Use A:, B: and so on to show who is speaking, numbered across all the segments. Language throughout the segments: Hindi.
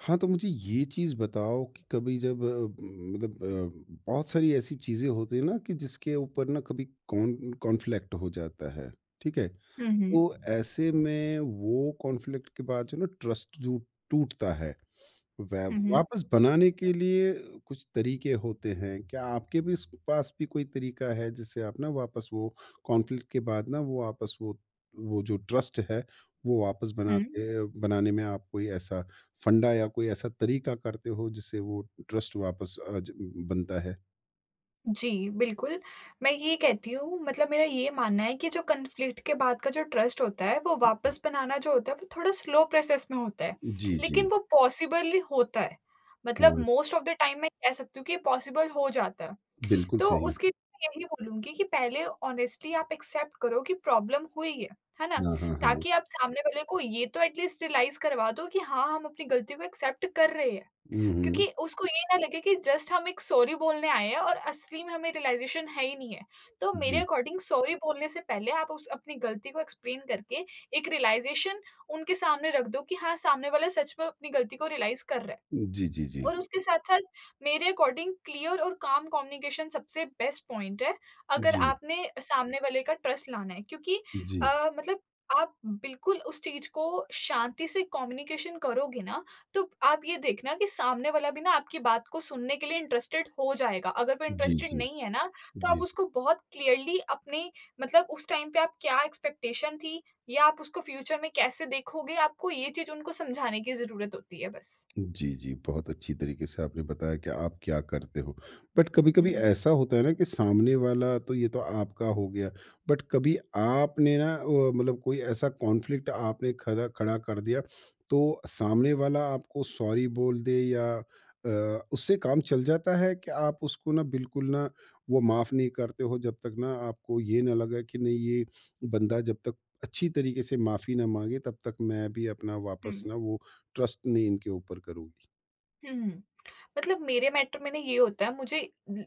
A: हाँ, तो मुझे ये चीज़ बताओ कि कभी जब बहुत सारी ऐसी चीज़ें होती हैं ना कि जिसके ऊपर ना कभी कॉन्फ्लिक्ट हो जाता है, ठीक है?
B: हुँ,
A: तो
B: हुँ।
A: ऐसे में वो कॉन्फ्लिक्ट के बाद जो ना ट्रस्ट जो टूटता है, वै
B: हुँ, हुँ।
A: वापस बनाने के लिए कुछ तरीके होते हैं। क्या आपके भी इस पास भी कोई तरीका है जिससे आप ना वापस वो कॉन्फ्लिक्ट के बाद ना वो आपस वो जो ट्रस्ट है, वो वापस
B: हुँ।
A: बनाने में आप कोई ऐसा फंडा या कोई ऐसा तरीका करते हो जिससे वो ट्रस्ट वापस अ, ज बनता है?
B: जी, बिल्कुल, मैं ये कहती हूँ मतलब मेरा ये मानना है कि जो कॉन्फ्लिक्ट के बाद का जो ट्रस्ट होता है, वो वापस बनाना जो होता है, वो थोड़ा स्लो प्रोसेस में होता है,
A: जी, जी।
B: लेकिन वो पॉसिबल होता है। मतलब
A: हाँ,
B: मोस्ट ऑफ द टाइम मैं कह सकती हूँ कि पॉसिबल हो जाता है।
A: बिल्कुल
B: तो
A: सही।
B: उसके लिए यही बोलूँगी कि पहले ऑनेस्टली आप एक्सेप्ट करो कि प्रॉब्लम हुई है ना?
A: हाँ, हाँ, हाँ।
B: ताकि आप सामने वाले को ये तो एट लीस्ट रियलाइज़ करवा दो कि हाँ, हम अपनी गलती को एक्सेप्ट कर रहे हैं।
A: हुँ, हुँ।
B: क्योंकि उसको ये ना लगे कि जस्ट हम एक सॉरी बोलने आए हैं और असली में हमें रियलाइज़ेशन है ही नहीं है। तो मेरे
A: जी।
B: अकॉर्डिंग सॉरी बोलने से पहले आप उस अपनी गलती को एक्सप्लेन करके एक रियलाइज़ेशन उनके सामने रख दो कि हाँ, सामने वाला सच में अपनी गलती को रियलाइज़ कर रहा है।
A: जी, जी, जी।
B: और उसके साथ-साथ मेरे अकॉर्डिंग क्लियर और काम कम्युनिकेशन सबसे बेस्ट पॉइंट है, अगर
A: जी,
B: आपने सामने वाले का ट्रस्ट लाना है क्योंकि
A: जी।
B: मतलब आप बिल्कुल उस चीज़ को शांति से कम्युनिकेशन करोगे ना, तो आप ये देखना कि सामने वाला भी ना आपकी बात को सुनने के लिए इंटरेस्टेड हो जाएगा। अगर वो
A: जी,
B: इंटरेस्टेड
A: जी।
B: नहीं है ना, तो
A: जी,
B: आप
A: जी।
B: उसको बहुत क्लियरली अपने मतलब उस टाइम पे आप क्या एक्सपेक्टेशन थी या आप उसको फ्यूचर में कैसे देखोगे, आपको ये चीज़ उनको समझाने की ज़रूरत होती है बस।
A: जी, जी, बहुत अच्छी तरीके से आपने बताया कि आप क्या करते हो। बट
B: हुँ,
A: कभी-कभी
B: हुँ।
A: ऐसा होता है ना कि सामने वाला तो ये तो आपका हो गया, बट कभी आपने ना मतलब कोई ऐसा कॉन्फ्लिक्ट आपने खड़ा खड़ा कर दिया, तो सामने वाला आपको सॉरी बोल दे या अ, उससे काम चल जाता है कि आप उसको ना बिल्कुल ना वो माफ़ नहीं करते हो जब तक ना आपको ये ना लगे कि नहीं ये बंदा जब तक अच्छी तरीके से माफ़ी ना माँगे तब तक मैं भी अपना वापस
B: हुँ।
A: ना वो ट्रस्ट नहीं इनके ऊपर करूँगी।
B: हुँ। मतलब मेरे मैटर में ना ये होता है मुझे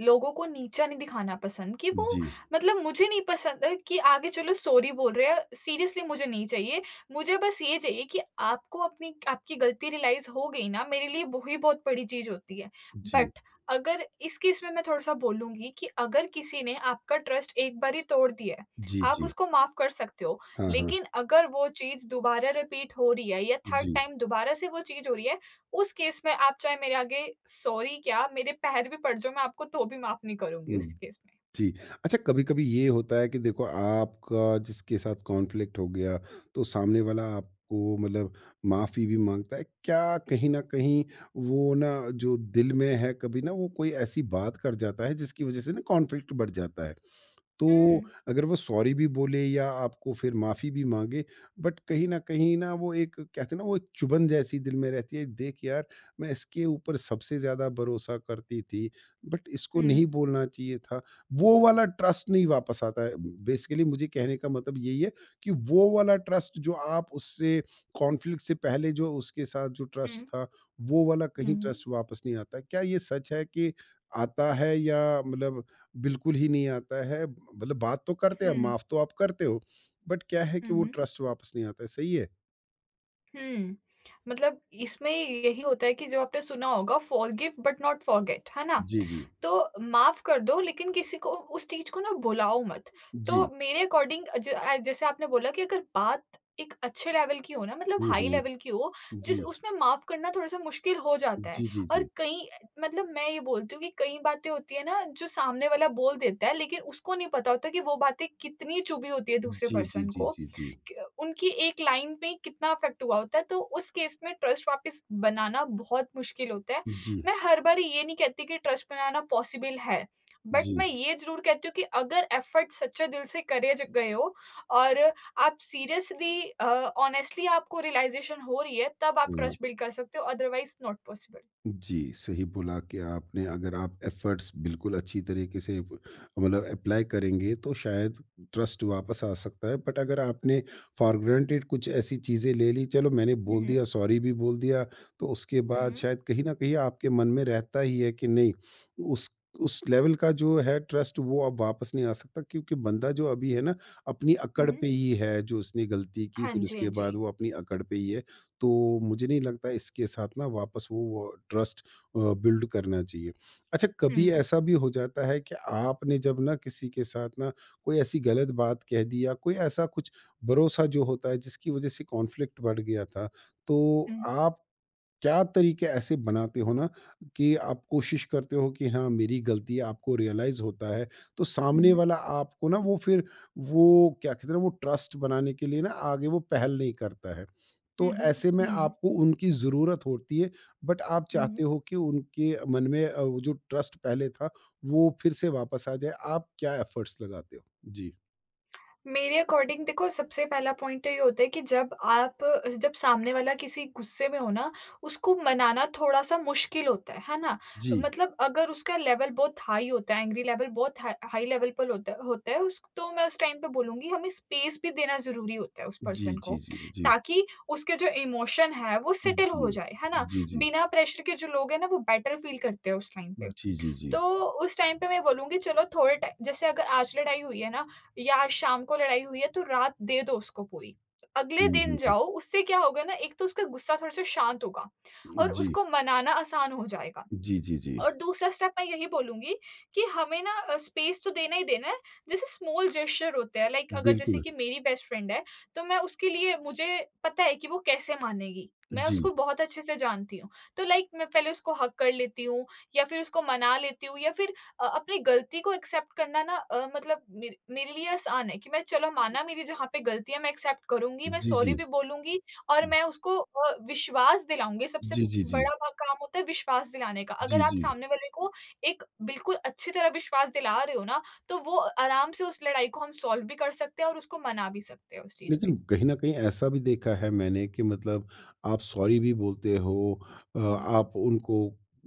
B: लोगों को नीचा नहीं दिखाना पसंद कि वो
A: जी,
B: मतलब मुझे नहीं पसंद है कि आगे चलो सॉरी बोल रहे हैं, सीरियसली मुझे नहीं चाहिए। मुझे बस ये चाहिए कि आपको अपनी आपकी गलती रियलाइज़ हो गई ना मेरे लिए वो ही बहुत बड़ी चीज़ होती है।
A: जी।
B: बट अगर इस केस में मैं थोड़ा-सा बोलूँगी कि अगर किसी ने आपका ट्रस्ट एक बार ही तोड़ दिया है,
A: जी,
B: आप
A: जी।
B: उसको माफ़ कर सकते हो।
A: हाँ, हाँ।
B: लेकिन अगर वो चीज़ दोबारा रिपीट हो रही है या थर्ड
A: जी।
B: टाइम दोबारा से वो चीज़ हो रही है, उस केस में आप चाहे मेरे आगे सॉरी क्या, मेरे पैर भी पड़ जाओ, मैं आपको तो भी माफ़ नहीं करूँगी
A: हुँ,
B: उस केस में।
A: जी। अच्छा कभी-कभी ये होता है कि देखो आपका जिसके साथ कॉन्फ्लिक्ट हो गया, तो सामने वाला आपको मतलब माफ़ी भी माँगता है। क्या कहीं न कहीं वो ना जो दिल में है कभी ना वो कोई ऐसी बात कर जाता है जिसकी वज़ह से ना कॉन्फ्लिक्ट बढ़ जाता है? तो
B: हुँ।
A: अगर वो सॉरी भी बोले या आपको फिर माफ़ी भी माँगे, बट कहीं न कहीं ना वो एक कहते हैं ना वो एक चुभन जैसी दिल में रहती है, देख यार मैं इसके ऊपर सबसे ज़्यादा भरोसा करती थी, बट इसको
B: हुँ,
A: नहीं बोलना चाहिए था। वो वाला ट्रस्ट नहीं वापस आता है। बेसिकली मुझे कहने का मतलब यही है कि वो वाला ट्रस्ट जो आप उससे कॉन्फ्लिक्ट से पहले जो उसके साथ जो ट्रस्ट
B: हुँ,
A: था, वो वाला कहीं
B: हुँ,
A: ट्रस्ट वापस नहीं आता। क्या ये सच है कि आता है या मतलब बिल्कुल ही नहीं आता है। मतलब बात तो करते हैं,
B: हुँ,
A: माफ़ तो आप करते हो, बट क्या है कि वो
B: हुँ,
A: ट्रस्ट वापस नहीं आता है, सही है?
B: हुँ। मतलब इसमें यही होता है कि जो आपने सुना होगा फॉरगिव बट नॉट फॉरगेट, है ना?
A: जी, जी।
B: तो माफ़ कर दो लेकिन किसी को उस चीज़ को ना भुलाओ मत। तो
A: जी।
B: मेरे अकॉर्डिंग जैसे आपने बोला कि अगर बात एक अच्छे लेवल की हो ना मतलब
A: हुँ,
B: हाई
A: हुँ।
B: लेवल की हो, जिस
A: जी।
B: उसमें माफ़ करना थोड़ा-सा मुश्किल हो जाता है
A: जी, जी,
B: और
A: जी।
B: कई मतलब मैं ये बोलती हूँ कि कई बातें होती है ना जो सामने वाला बोल देता है लेकिन उसको नहीं पता होता कि वो बातें कितनी चुभी होती है दूसरे
A: जी, जी,
B: पर्सन
A: जी,
B: को।
A: जी, जी।
B: क उनकी एक लाइन पे ही कितना इफ़ेक्ट हुआ होता है, तो उस केस में ट्रस्ट वापस बनाना बहुत मुश्किल होता है
A: जी।
B: मैं हर बारी ये नहीं कहती कि ट्रस्ट बनाना पॉसिबल है, बट
A: जी।
B: मैं ये ज़रूर कहती हूँ कि अगर एफ़र्ट सच्चे दिल से करे ज गए हो और आप सीरियसली ऑनेस्टली आपको रियलाइज़ेशन हो रही है, तब आप
A: हाँ।
B: ट्रस्ट बिल्ड कर सकते हो, अदरवाइज़ नॉट पॉसिबल।
A: जी, सही बोला कि आपने अगर आप एफ़र्ट्स बिल्कुल अच्छी तरीके से प मतलब अप्लाई करेंगे तो शायद ट्रस्ट वापस आ सकता है। बट अगर आपने फ़ॉर ग्रांटेड कुछ ऐसी चीज़ें ले ली, चलो मैंने
B: हुँ,
A: बोल
B: हुँ।
A: दिया, सॉरी भी बोल दिया, तो उसके बाद
B: हुँ,
A: शायद कहीं न कहीं आपके मन में रहता ही है कि नहीं, उस उस लेवल का जो है ट्रस्ट वो अब वापस नहीं आ सकता क्योंकि बंदा जो अभी है ना, अपनी अकड़
B: हुँ।
A: पे ही है, जो उसने गलती की
B: हाँ
A: फिर
B: जी, हाँ
A: उसके बाद
B: जी।
A: वो अपनी अकड़ पे ही है। तो मुझे नहीं लगता इसके साथ ना वापस वो ट्रस्ट अ, बिल्ड करना चाहिए। अच्छा कभी
B: हुँ,
A: ऐसा भी हो जाता है कि आपने जब ना किसी के साथ ना कोई ऐसी गलत बात कह दी या कोई ऐसा कुछ भरोसा जो होता है जिसकी वज़ह से कॉन्फ्लिक्ट बढ़ गया था, तो
B: हुँ,
A: आप क्या तरीके ऐसे बनाते हो ना कि आप कोशिश करते हो कि हाँ मेरी गलती है आपको रियलाइज होता है तो
B: हुँ,
A: सामने
B: हुँ,
A: वाला आपको ना वो फिर वो क्या कहते हैं ना, वो ट्रस्ट बनाने के लिए ना आगे वो पहल नहीं करता है
B: हुँ,
A: तो ऐसे में
B: हुँ,
A: आपको उनकी ज़रूरत होती है बट आप चाहते
B: हुँ।
A: हो कि उनके मन में वो जो ट्रस्ट पहले था वो फिर से वापस आ जाए आप क्या एफर्ट्स लगाते हो जी
B: मेरे अकॉर्डिंग देखो सबसे पहला पॉइंट तो ये होता है कि जब सामने वाला किसी गुस्से में हो ना, उसको मनाना थोड़ा-सा मुश्किल होता है ना?
A: जी
B: मतलब अगर उसका लेवल बहुत हाई होता है, एंग्री लेवल बहुत हा हाई लेवल पर होता होता है उस तो मैं उस टाइम पे बोलूँगी हमें स्पेस भी देना ज़रूरी होता है उस
A: जी
B: पर्सन
A: जी
B: को,
A: जी जी
B: ताकि उसके जो इमोशन है वो सेटल
A: जी
B: हो जाए, है ना?
A: जी जी
B: बिना प्रेशर के जो लोग हैं ना वो बेटर फील करते हैं उस टाइम पे।
A: जी जी जी जी
B: तो उस टाइम पे मैं बोलूँगी चलो थोड़े टाइ जैसे अगर आज लड़ाई हुई है ना या आज शाम को लड़ाई हुई है तो रात दे दो उसको पूरी। अगले
A: हम्म,
B: दिन
A: हम्म,
B: जाओ उससे क्या होगा ना एक तो उसका गुस्सा थोड़ा-सा शांत होगा और
A: जी
B: उसको मनाना आसान हो जाएगा।
A: जी, जी, जी।
B: और दूसरा स्टेप मैं यही बोलूँगी कि हमें ना स्पेस तो देना ही देना है, जैसे स्मॉल जेस्चर होते हैं लाइक अगर जैसे
A: बिल्कुल।
B: कि मेरी बेस्ट फ्रेंड है, तो मैं उसके लिए मुझे पता है कि वो कैसे मानेगी, मैं
A: जी।
B: उसको बहुत अच्छे से जानती हूँ। तो लाइक मैं पहले उसको हग कर लेती हूँ या फिर उसको मना लेती हूँ या फिर अपनी गलती को एक्सेप्ट करना ना मतलब मेरे मेरे लिए आसान है कि मैं चलो माना मेरी जहाँ पे गलती है मैं एक्सेप्ट करूँगी, मैं
A: जी, जी।
B: सॉरी भी बोलूँगी और मैं उसको विश्वास दिलाऊँगी, सबसे
A: जी, जी, जी।
B: बड़ा ब काम होता है विश्वास दिलाने का।
A: जी,
B: अगर आप
A: जी, जी
B: सामने वाले को एक बिल्कुल अच्छी तरह विश्वास दिला रहे हो ना, तो वो आराम से उस लड़ाई को हम सॉल्व भी कर सकते हैं और उसको मना भी सकते हैं उस चीज़ में।
A: लेकिन कहीं न कहीं ऐसा भी देखा है मैंने कि मतलब आप सॉरी भी बोलते हो
B: हुँ,
A: आप उनको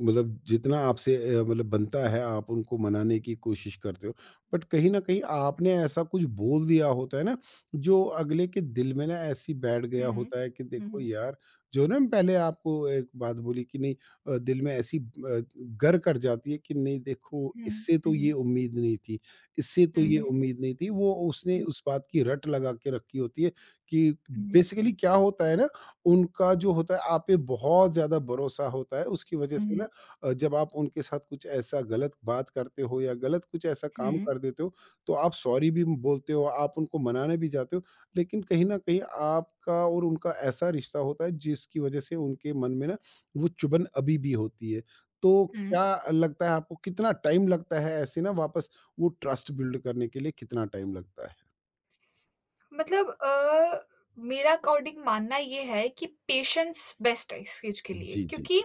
A: मतलब जितना आपसे मतलब बनता है आप उनको मनाने की कोशिश करते हो। बट कहीं न कहीं आपने ऐसा कुछ बोल दिया होता है ना, जो अगले के दिल में ना ऐसी बैठ गया
B: हुँ,
A: होता है कि
B: हुँ,
A: देखो
B: हुँ,
A: यार, जो ना पहले आपको एक बात बोली कि नहीं दिल में ऐसी गर कर जाती है कि नहीं देखो
B: हुँ,
A: इससे तो
B: हुँ,
A: ये
B: हुँ,
A: उम्मीद नहीं थी। इससे तो ये
B: हुँ,
A: उम्मीद नहीं थी। वो उसने
B: हुँ,
A: उस बात की रट लगा के रखी होती है कि
B: हुँ, हुँ,
A: बेसिकली क्या होता है ना, उनका जो होता है आप पे बहुत ज़्यादा भरोसा होता है। उसकी वज़ह
B: हुँ,
A: से ना
B: हुँ,
A: जब आप उनके साथ कुछ ऐसा गलत बात करते हो या गलत कुछ ऐसा
B: हुँ,
A: काम
B: हुँ,
A: कर देते हो, तो आप सॉरी भी बोलते हो, आप उनको मनाने भी जाते हो। लेकिन कहीं न कहीं आपका और उनका ऐसा रिश्ता होता है जिसकी वज़ह से उनके मन में ना वो चुभन अभी भी होती है। तो
B: हुँ।
A: क्या लगता है आपको कितना टाइम लगता है ऐसे ना वापस वो ट्रस्ट बिल्ड करने के लिए कितना टाइम लगता है?
B: मतलब मेरा अकॉर्डिंग मानना ये है कि पेशेंस बेस्ट है इस चीज के लिए
A: जी, जी, जी।
B: क्योंकि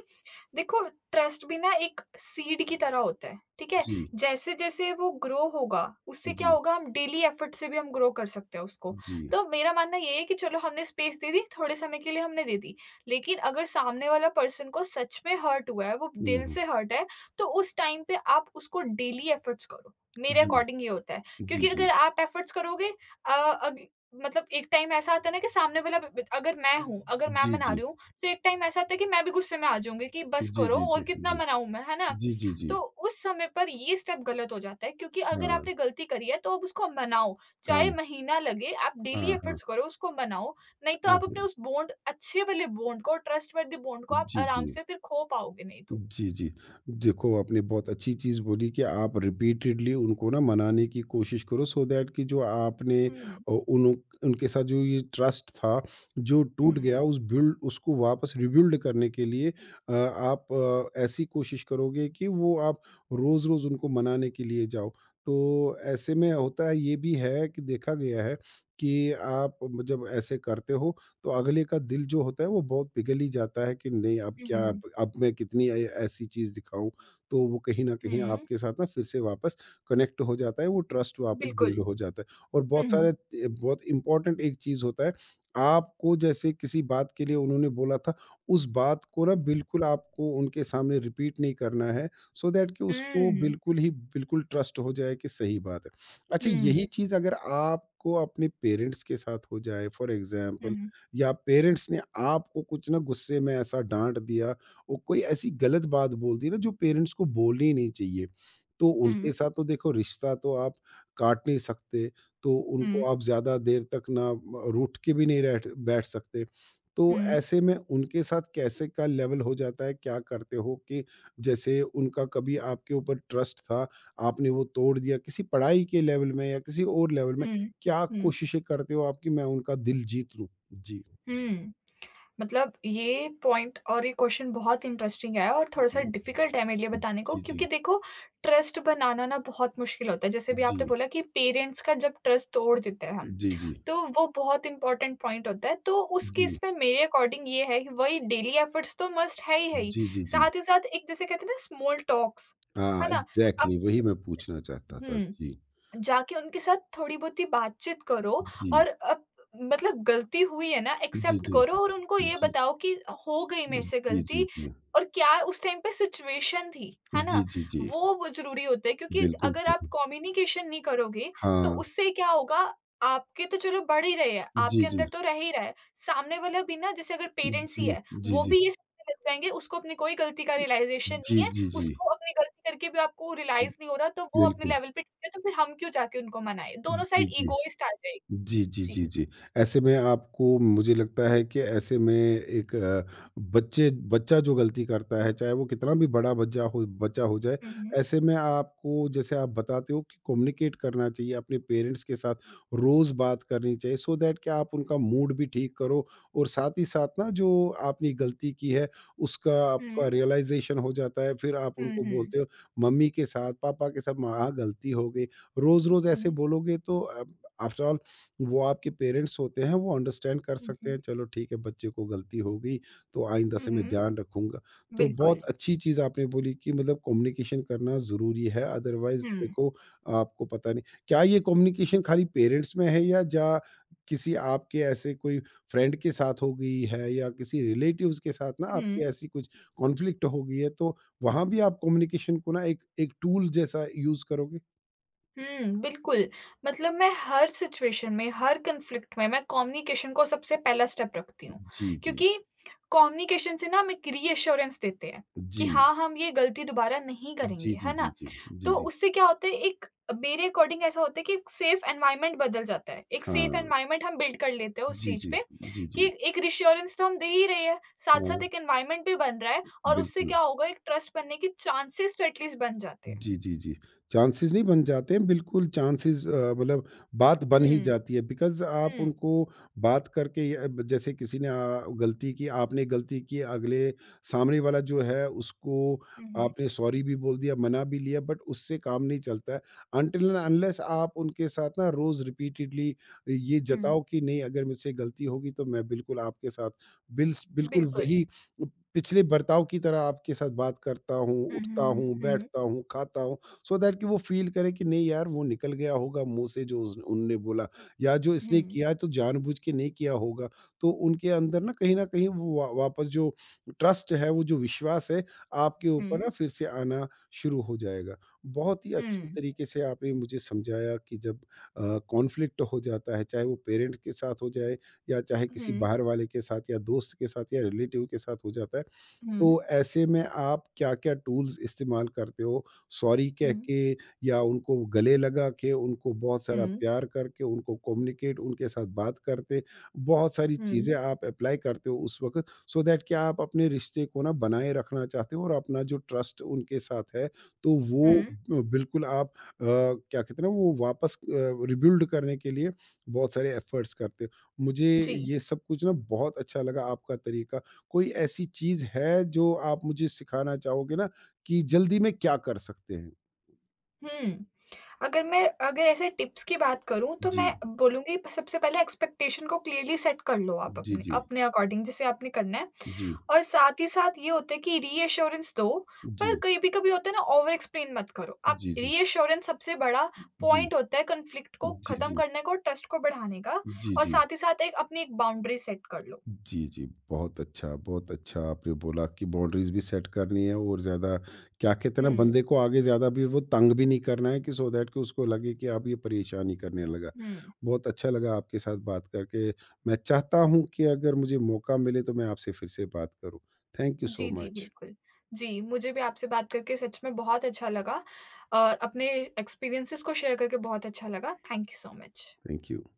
B: देखो ट्रस्ट भी ना एक सीड की तरह होता है ठीक है
A: जी,
B: जैसे जैसे वो ग्रो होगा उससे क्या
A: जी,
B: होगा हम डेली एफर्ट से भी हम ग्रो कर सकते हैं उसको
A: जी।
B: तो मेरा मानना ये है कि चलो हमने स्पेस दे दी थोड़े समय के लिए हमने दे दी लेकिन अगर सामने वाला पर्सन को सच में हर्ट हुआ है वो
A: हुँ,
B: दिल
A: हुँ।
B: से हर्ट है तो उस टाइम पे आप उसको डेली एफर्ट्स करो मेरे
A: जी,
B: अकॉर्डिंग ये होता है
A: जी,
B: क्योंकि
A: जी।
B: अगर आप एफर्ट्स करोगे मतलब एक टाइम ऐसा आता है ना कि सामने वाला ब ब अगर मैं हूँ, अगर मैं
A: जी,
B: मना
A: जी।
B: रही हूँ, तो एक टाइम ऐसा आता है कि मैं भी गुस्से में आ जाऊँगी कि बस
A: जी,
B: करो
A: जी,
B: और
A: जी,
B: कितना
A: जी।
B: मनाऊँ मैं, है ना?
A: जी, जी, जी।
B: तो उस समय पर ये स्टेप गलत हो जाता है क्योंकि अगर
A: हाँ,
B: आपने गलती करी है तो आप उसको मनाओ, चाहे
A: हाँ,
B: महीना लगे आप डेली
A: हाँ, हाँ,
B: एफर्ट्स करो उसको मनाओ, नहीं तो
A: हाँ,
B: आप अपने
A: हाँ।
B: उस बॉन्ड अच्छे वाले बॉन्ड को ट्रस्टवर्दी बॉन्ड को आप
A: जी, जी।
B: आराम से फिर खो पाओगे नहीं तो।
A: जी, जी। देखो, आपने बहुत अच्छी चीज़ बोली कि आप रिपीटेडली उनको ना मनाने की कोशिश करो सो दैट कि जो आपने
B: हुँ,
A: अ, उन उनके साथ जो ये ट्रस्ट था, जो टूट
B: हुँ।
A: गया उस बिल्ड उसको वापस रीबिल्ड करने के लिए आप ऐसी कोशिश करोगे कि वो आप रोज़-रोज़ उनको मनाने के लिए जाओ। तो ऐसे में होता है ये भी है कि देखा गया है कि आप जब ऐसे करते हो तो अगले का दिल जो होता है वो बहुत पिघल ही जाता है कि नहीं अब
B: हुँ, हुँ,
A: क्या अब
B: हुँ।
A: अब मैं कितनी ऐसी चीज़ दिखाऊं तो वो कहीं ना कहीं
B: हुँ,
A: आपके साथ ना फिर से वापस कनेक्ट हो जाता है वो ट्रस्ट वापस
B: बिल्कुल।
A: बिल्ड हो जाता है और
B: हुँ,
A: बहुत
B: हुँ।
A: सारे ए, बहुत इंपॉर्टेंट एक चीज़ होता है आपको जैसे किसी बात के लिए उन्होंने बोला था उस बात को ना बिल्कुल आपको उनके सामने रिपीट नहीं करना है सो दैट कि
B: हुँ,
A: उसको
B: हुँ।
A: बिल्कुल ही बिल्कुल ट्रस्ट हो जाए कि सही बात है अच्छा यही
B: हुँ,
A: चीज़ अगर आपको अपने पेरेंट्स के साथ हो जाए फॉर एग्जाम्पल
B: हुँ।
A: या पेरेंट्स ने आपको कुछ ना गुस्से में ऐसा डांट दिया और कोई ऐसी गलत बात बोल दी ना जो पेरेंट्स को बोलनी नहीं चाहिए तो
B: हुँ,
A: उनके साथ तो देखो रिश्ता तो आप काट नहीं सकते तो
B: हुँ।
A: उनको आप ज़्यादा देर तक ना रूठ के भी नहीं रह बैठ सकते तो
B: हुँ।
A: ऐसे में उनके साथ कैसे का लेवल हो जाता है क्या करते हो कि जैसे उनका कभी आपके ऊपर ट्रस्ट था आपने वो तोड़ दिया किसी पढ़ाई के लेवल में या किसी और लेवल में
B: हुँ।
A: क्या
B: हुँ।
A: कोशिशें करते हो आपकी मैं उनका दिल जीत लूं जी
B: हुँ। मतलब ये पॉइंट और ये क्वेश्चन बहुत इंटरेस्टिंग है और
A: जी,
B: थोड़ा-सा
A: जी,
B: डिफ़िकल्ट है मेरे लिए बताने को क्योंकि
A: जी,
B: देखो ट्रस्ट बनाना ना बहुत मुश्किल होता है। जैसे भी आपने
A: जी,
B: बोला कि पेरेंट्स का जब ट्रस्ट तोड़ देते हैं हम,
A: जी, जी,
B: तो वो बहुत इम्पोर्टेंट पॉइंट होता है। तो उस
A: जी,
B: केस में मेरे अकॉर्डिंग ये है कि वही डेली एफर्ट्स तो मस्ट है ही है ही।
A: जी, जी, जी।
B: साथ ही साथ एक जैसे कहते हैं ना स्मॉल टॉक्स,
A: हाँ,
B: है ना? अब
A: एग्ज़ैक्टली वही मैं पूछना चाहता था। जी,
B: हुँ। जाके उनके साथ थोड़ी बहुत ही बातचीत करो
A: जी,
B: और अब मतलब गलती हुई है ना,
A: जी,
B: एक्सेप्ट
A: जी,
B: करो और उनको ये
A: जी,
B: बताओ कि हो गई मेरे से
A: जी, जी,
B: गलती
A: जी।
B: और क्या उस टाइम पे सिचुएशन थी, है
A: जी,
B: ना?
A: जी, जी,
B: वो ज़रूरी होता है क्योंकि
A: बिल्कुल
B: अगर आप
A: सही।
B: कम्युनिकेशन नहीं करोगे, तो
A: हाँ,
B: उससे क्या होगा, आपके तो चलो बढ़ ही रहे हैं,
A: जी,
B: आपके
A: जी,
B: अंदर तो रह ही रहा है, सामने वाला भी ना जैसे अगर पेरेंट्स ही
A: जी,
B: है,
A: जी,
B: वो
A: जी।
B: भी ये समझने लग जाएँगे उसको अपनी कोई गलती का रियलाइज़ेशन
A: जी,
B: नहीं है।
A: जी, जी,
B: उसको अपनी गलती करके भी आपको रियलाइज़ नहीं हो रहा, तो वो अपने
A: बिल्कुल।
B: लेवल पे ठीक है, तो फिर हम क्यों जाके उनको मनाएँ? दोनों
A: जी,
B: साइड
A: जी।
B: इगोइस्ट आ जाएगी।
A: जी, जी,
B: जी।
A: जी, जी। ऐसे में आपको मुझे लगता है कि ऐसे में एक अ, बच्चे बच्चा जो गलती करता है, चाहे वो कितना भी बड़ा बच्चा हो जाए,
B: हुँ, हुँ।
A: ऐसे में आपको जैसे आप बताते हो कि कम्युनिकेट करना चाहिए अपने पेरेंट्स के साथ, रोज़ बात करनी चाहिए सो दैट कि आप उनका मूड भी ठीक करो और साथ ही साथ ना जो आपने गलती की है, उसका
B: हुँ।
A: आपका रियलाइज़ेशन हो जाता है। फिर आप
B: हुँ,
A: उनको
B: हुँ।
A: बोलते हो मम्मी के साथ, पापा के साथ, "माँ, गलती हो गई।" रोज़-रोज़
B: हुँ,
A: ऐसे
B: हुँ।
A: बोलोगे तो आफ्टर ऑल वो आपके पेरेंट्स होते हैं, वो अंडरस्टैंड कर
B: हुँ,
A: सकते हैं,
B: हुँ।
A: चलो ठीक है बच्चे को गलती हो गई, तो आइंदा
B: हुँ,
A: से मैं
B: हुँ।
A: ध्यान रखूँगा। तो
B: बिल्कुल।
A: बहुत अच्छी चीज़ आपने बोली कि मतलब कम्युनिकेशन करना ज़रूरी है, अदरवाइज़
B: हुँ,
A: देखो आपको पता नहीं क्या ये कम्युनिकेशन खाली पेरेंट्स में है या जा किसी आपके ऐसे कोई फ्रेंड के साथ हो गई है या किसी रिलेटिव्स के साथ ना आपकी
B: हुँ।
A: ऐसी कुछ कॉन्फ्लिक्ट हो गई है, तो वहाँ भी आप कम्युनिकेशन को ना एक एक टूल जैसा यूज़ करोगे?
B: हुँ, बिल्कुल। मतलब मैं हर सिचुएशन में, हर कॉन्फ्लिक्ट में मैं कम्युनिकेशन को सबसे पहला स्टेप रखती हूँ।
A: जी, जी।
B: क्योंकि कम्युनिकेशन से ना हम एक रीएश्योरेंस देते हैं
A: जी।
B: कि हाँ, हम ये गलती दोबारा नहीं
A: जी,
B: करेंगे,
A: जी,
B: है
A: जी,
B: ना?
A: जी। जी,
B: तो
A: जी।
B: उससे क्या होता है एक मेरे अकॉर्डिंग ऐसा होता है कि एक सेफ एनवायरनमेंट बदल जाता है। एक सेफ
A: हाँ।
B: एनवायरनमेंट हम बिल्ड कर लेते हैं उस
A: जी,
B: चीज़
A: जी,
B: पे
A: जी। जी, जी।
B: कि एक रिएश्योरेंस तो हम दे ही रहे हैं,
A: हाँ,
B: साथ-साथ एक एनवायरनमेंट भी बन रहा है और उससे
A: बिल्कुल।
B: क्या होगा एक ट्रस्ट बनने के चांसेज़ तो एटलीस्ट बन जाते हैं।
A: जी, जी, जी। चांसेज़ नहीं बन जाते हैं, बिल्कुल चांसेज़ मतलब बात बन ही
B: हुँ,
A: जाती है बिकॉज़ आप
B: हुँ।
A: उनको बात करके अ, ब जैसे किसी ने गलती की, आपने गलती की, अगले सामने वाला जो है उसको
B: हुँ, हुँ।
A: आपने सॉरी भी बोल दिया, मना भी लिया बट उससे काम नहीं चलता है। अनटिल एंड अनलेस आप उनके साथ ना रोज़ रिपीटेडली ये
B: हुँ,
A: जताओ कि नहीं अगर मुझसे गलती होगी तो मैं बिल्कुल आपके साथ बिल्स बिल्कुल
B: बिल्कुल।
A: वही पिछले बर्ताव की तरह आपके साथ बात करता हूँ,
B: हुँ,
A: उठता
B: हुँ,
A: हूँ,
B: हुँ,
A: बैठता हूँ, खाता हूँ, सो दैट कि वो फ़ील करे कि नहीं यार वो निकल गया होगा मुँह से जो उस उनने बोला या जो इसने
B: हुँ,
A: किया तो जानबूझ के नहीं किया होगा। तो उनके अंदर ना कहीं न कहीं वो वा वापस जो ट्रस्ट है, वो जो विश्वास है, आपके ऊपर ना
B: हुँ,
A: फिर से आना शुरू हो जाएगा। बहुत ही अच्छी
B: हुँ,
A: तरीके से आपने मुझे समझाया कि जब कॉन्फ्लिक्ट हो जाता है, चाहे वो पेरेंट के साथ हो जाए या चाहे
B: हुँ,
A: किसी
B: हुँ,
A: बाहर वाले के साथ या दोस्त के साथ या रिलेटिव के साथ हो जाता है,
B: हुँ,
A: तो ऐसे में आप क्या-क्या टूल्स इस्तेमाल करते हो? सॉरी कह
B: हुँ,
A: के या उनको गले लगा के, उनको बहुत सारा
B: हुँ,
A: प्यार करके, उनको कम्युनिकेट उनके साथ बात करते, बहुत सारी चीज़ें
B: हुँ,
A: आप एप्लाई करते हो उस वक़्त सो दैट कि आप अपने रिश्ते को ना बनाए रखना चाहते हो और अपना जो ट्रस्ट उनके साथ है, तो वो
B: हुँ,
A: बिल्कुल आप क्या कहते हैं ना वो वापस रिबिल्ड करने के लिए बहुत सारे एफर्ट्स करते हो। मुझे
B: जी,
A: ये सब कुछ ना बहुत अच्छा लगा आपका तरीका कोई ऐसी चीज़ है जो आप मुझे सिखाना चाहोगे ना कि जल्दी में क्या कर सकते हैं?
B: हुँ। अगर ऐसे टिप्स की बात करूँ तो
A: जी,
B: मैं बोलूँगी सबसे पहले एक्सपेक्टेशन को क्लियरली सेट कर लो आप
A: जी,
B: अपने
A: जी,
B: अपने अकॉर्डिंग जैसे आपने करना है।
A: जी,
B: और साथ ही साथ ये होता है कि रीएश्योरेंस दो पर
A: जी,
B: कभी होता है ना ओवर एक्सप्लेन मत करो। आप
A: जी, जी,
B: रीएश्योरेंस सबसे बड़ा
A: जी,
B: पॉइंट होता है कॉन्फ्लिक्ट को
A: जी,
B: खत्म
A: जी,
B: करने का और ट्रस्ट को बढ़ाने का
A: जी,
B: और
A: जी।
B: साथ ही साथ एक अपनी एक बाउंड्री सेट कर लो।
A: जी, जी, बहुत अच्छा आपने बोला कि बाउंड्रीज़ भी सेट करनी है और ज़्यादा क्या कहते हैं ना
B: हुँ,
A: बंदे को आगे ज़्यादा भी वो तंग भी नहीं करना है कि सो दैट कि उसको लगे कि अब ये परेशान ही करने लगा।
B: हुँ।
A: बहुत अच्छा लगा आपके साथ बात करके। मैं चाहता हूँ कि अगर मुझे मौका मिले तो मैं आपसे फिर से बात करूँ। थैंक यू सो
B: जी, जी,
A: मच।
B: बिल्कुल। जी, मुझे भी आपसे बात करके सच में बहुत अच्छा लगा। अ, अपने एक्सपीरियंसेस को शेयर करके बहुत अच्छा लगा। Thank you so much.
A: Thank you.